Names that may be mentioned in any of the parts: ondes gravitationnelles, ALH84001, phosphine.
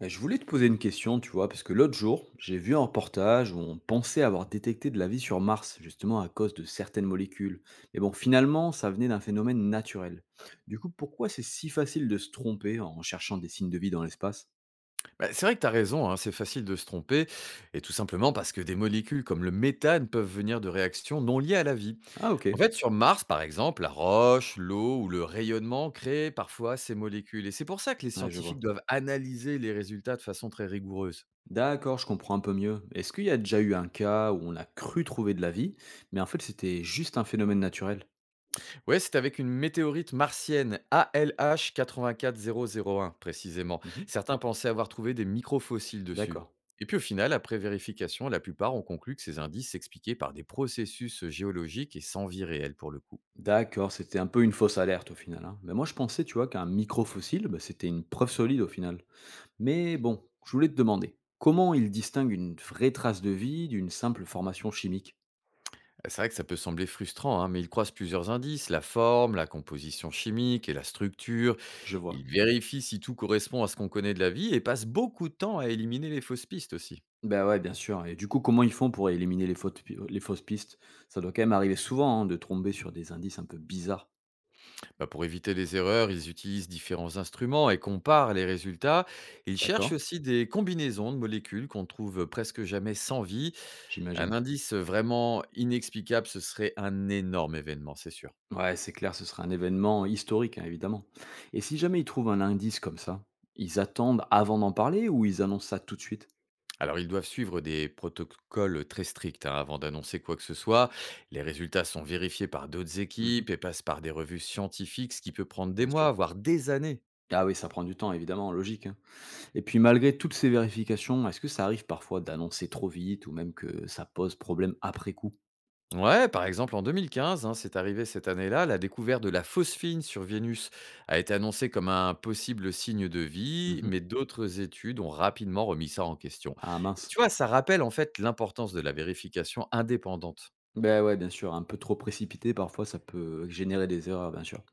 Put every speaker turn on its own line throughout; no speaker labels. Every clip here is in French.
Bah, je voulais te poser une question, tu vois, parce que l'autre jour, j'ai vu un reportage où on pensait avoir détecté de la vie sur Mars, justement à cause de certaines molécules. Mais bon, finalement, ça venait d'un phénomène naturel. Du coup, pourquoi c'est si facile de se tromper en cherchant des signes de vie dans l'espace?
Bah, c'est vrai que tu as raison, hein, c'est facile de se tromper, et tout simplement parce que des molécules comme le méthane peuvent venir de réactions non liées à la vie.
Ah ok,
En fait, sur Mars, par exemple, la roche, l'eau ou le rayonnement créent parfois ces molécules, et c'est pour ça que les
ouais, je vois.
scientifiques doivent analyser les résultats de façon très rigoureuse.
D'accord, je comprends un peu mieux. Est-ce qu'il y a déjà eu un cas où on a cru trouver de la vie, mais en fait c'était juste un phénomène naturel?
Ouais, c'est avec une météorite martienne ALH84001 précisément.
Mhm.
Certains pensaient avoir trouvé des microfossiles dessus.
D'accord.
Et puis au final, après vérification, la plupart ont conclu que ces indices s'expliquaient par des processus géologiques et sans vie réelle pour le coup.
D'accord, c'était un peu une fausse alerte au final, hein. Mais moi je pensais, tu vois, qu'un microfossile, bah, c'était une preuve solide au final. Mais bon, je voulais te demander, comment il distingue une vraie trace de vie d'une simple formation chimique?
C'est vrai que ça peut sembler frustrant, hein, mais ils croisent plusieurs indices, la forme, la composition chimique et la structure.
Je vois.
Ils vérifient si tout correspond à ce qu'on connaît de la vie et passent beaucoup de temps à éliminer les fausses pistes aussi.
Ben ouais, bien sûr. Et du coup, comment ils font pour éliminer les fausses pistes? Ça doit quand même arriver souvent, hein, de tomber sur des indices un peu bizarres.
Bah, pour éviter les erreurs, ils utilisent différents instruments et comparent les résultats. Ils cherchent
D'accord.
aussi des combinaisons de molécules qu'on trouve presque jamais sans vie. Un
J'imagine.
indice vraiment inexplicable, ce serait un énorme événement, c'est sûr.
Ouais, c'est clair, ce serait un événement historique, hein, évidemment. Et si jamais ils trouvent un indice comme ça, ils attendent avant d'en parler ou ils annoncent ça tout de suite?
Alors ils doivent suivre des protocoles très stricts, hein, avant d'annoncer quoi que ce soit. Les résultats sont vérifiés par d'autres
Mhm.
équipes et passent par des revues scientifiques, ce qui peut prendre des
Bien sûr.
mois, voire des années.
Ah oui, ça prend du temps, évidemment, logique, hein. Et puis malgré toutes ces vérifications, est-ce que ça arrive parfois d'annoncer trop vite ou même que ça pose problème après coup?
Ouais, par exemple, en 2015, hein, c'est arrivé cette année-là, la découverte de la phosphine sur Vénus a été annoncée comme un possible signe de vie,
Mmh.
mais d'autres études ont rapidement remis ça en question.
Ah
Et
mince.
tu vois, ça rappelle en fait l'importance de la vérification indépendante.
Ben ouais, bien sûr, un peu trop précipité, parfois ça peut générer des erreurs, bien sûr.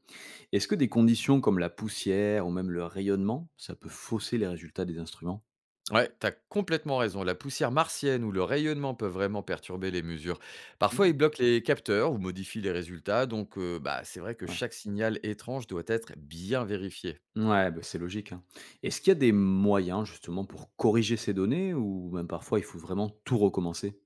Est-ce que des conditions comme la poussière ou même le rayonnement, ça peut fausser les résultats des instruments?
Ouais, t'as complètement raison. La poussière martienne ou le rayonnement peuvent vraiment perturber les mesures. Parfois,
Mmh.
ils bloquent les capteurs ou modifient les résultats, donc bah, c'est vrai que
Ouais.
chaque signal étrange doit être bien vérifié.
Ouais, bah, c'est logique, hein. Est-ce qu'il y a des moyens justement pour corriger ces données ou même parfois il faut vraiment tout recommencer?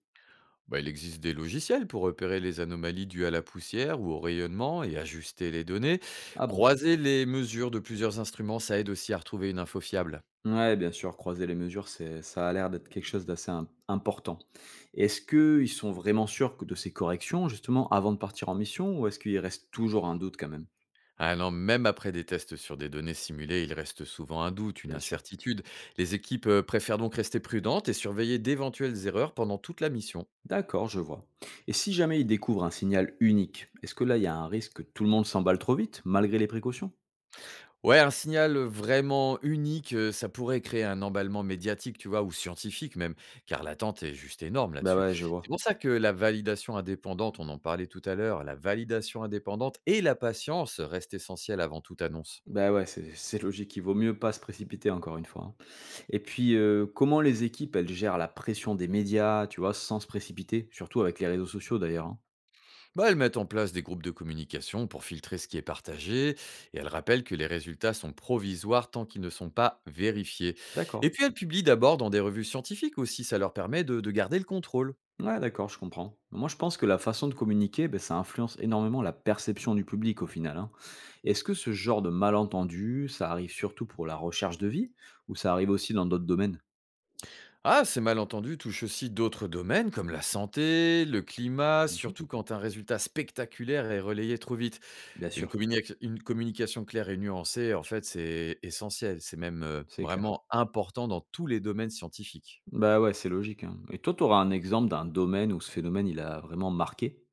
Bah, il existe des logiciels pour repérer les anomalies dues à la poussière ou au rayonnement et ajuster les données.
Ah bon?
Croiser les mesures de plusieurs instruments, ça aide aussi à retrouver une info fiable.
Ouais, bien sûr, croiser les mesures, c'est ça a l'air d'être quelque chose d'assez im important. Est-ce qu'ils sont vraiment sûrs que de ces corrections, justement, avant de partir en mission ou est-ce qu'il reste toujours un doute quand même?
Ah non, même après des tests sur des données simulées, il reste souvent un doute, une
Bien sûr.
incertitude. Les équipes préfèrent donc rester prudentes et surveiller d'éventuelles erreurs pendant toute la mission.
D'accord, je vois. Et si jamais ils découvrent un signal unique, est-ce que là, il y a un risque que tout le monde s'emballe trop vite, malgré les précautions?
Ouais, un signal vraiment unique, ça pourrait créer un emballement médiatique, tu vois? Ou scientifique même, car l'attente est juste énorme
Bah
là-dessus.
ouais, je
C'est
vois.
pour ça que la validation indépendante, on en parlait tout à l'heure, la validation indépendante et la patience restent essentielles avant toute annonce.
Bah ouais, c'est logique, il vaut mieux pas se précipiter encore une fois, hein. Et puis, comment les équipes, elles gèrent la pression des médias, tu vois, sans se précipiter, surtout avec les réseaux sociaux d'ailleurs, hein.
Bah, elles mettent en place des groupes de communication pour filtrer ce qui est partagé et elles rappellent que les résultats sont provisoires tant qu'ils ne sont pas vérifiés.
D'accord.
Et puis elles publient d'abord dans des revues scientifiques aussi, ça leur permet de garder le contrôle.
Ouais, d'accord, je comprends. Moi, je pense que la façon de communiquer, ben, ça influence énormément la perception du public au final, hein. Est-ce que ce genre de malentendu, ça arrive surtout pour la recherche de vie ou ça arrive aussi dans d'autres domaines?
Ah, ces malentendus touchent aussi d'autres domaines comme la santé, le climat,
Mhm.
surtout quand un résultat spectaculaire est relayé trop vite.
Bien sûr,
Une communication claire et nuancée, en fait, c'est essentiel. C'est même
c'est clair.
vraiment important dans tous les domaines scientifiques.
Bah ouais, c'est logique, hein. Et toi, tu auras un exemple d'un domaine où ce phénomène, il a vraiment marqué?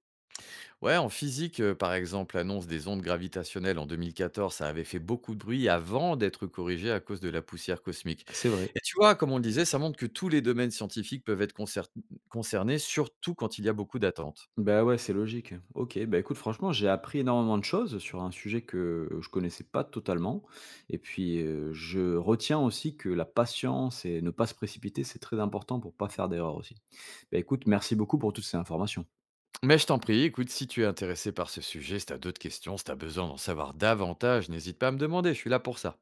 Ouais, en physique, par exemple, l'annonce des ondes gravitationnelles en 2014, ça avait fait beaucoup de bruit avant d'être corrigé à cause de la poussière cosmique.
C'est vrai.
Et tu vois, comme on le disait, ça montre que tous les domaines scientifiques peuvent être concernés, surtout quand il y a beaucoup d'attentes.
Bah, ouais, c'est logique. OK, bah, écoute franchement, j'ai appris énormément de choses sur un sujet que je connaissais pas totalement et puis, je retiens aussi que la patience et ne pas se précipiter, c'est très important pour pas faire d'erreur aussi. Bah, écoute, merci beaucoup pour toutes ces informations.
Mais je t'en prie, écoute, si tu es intéressé par ce sujet, si tu as d'autres questions, si tu as besoin d'en savoir davantage, n'hésite pas à me demander, je suis là pour ça.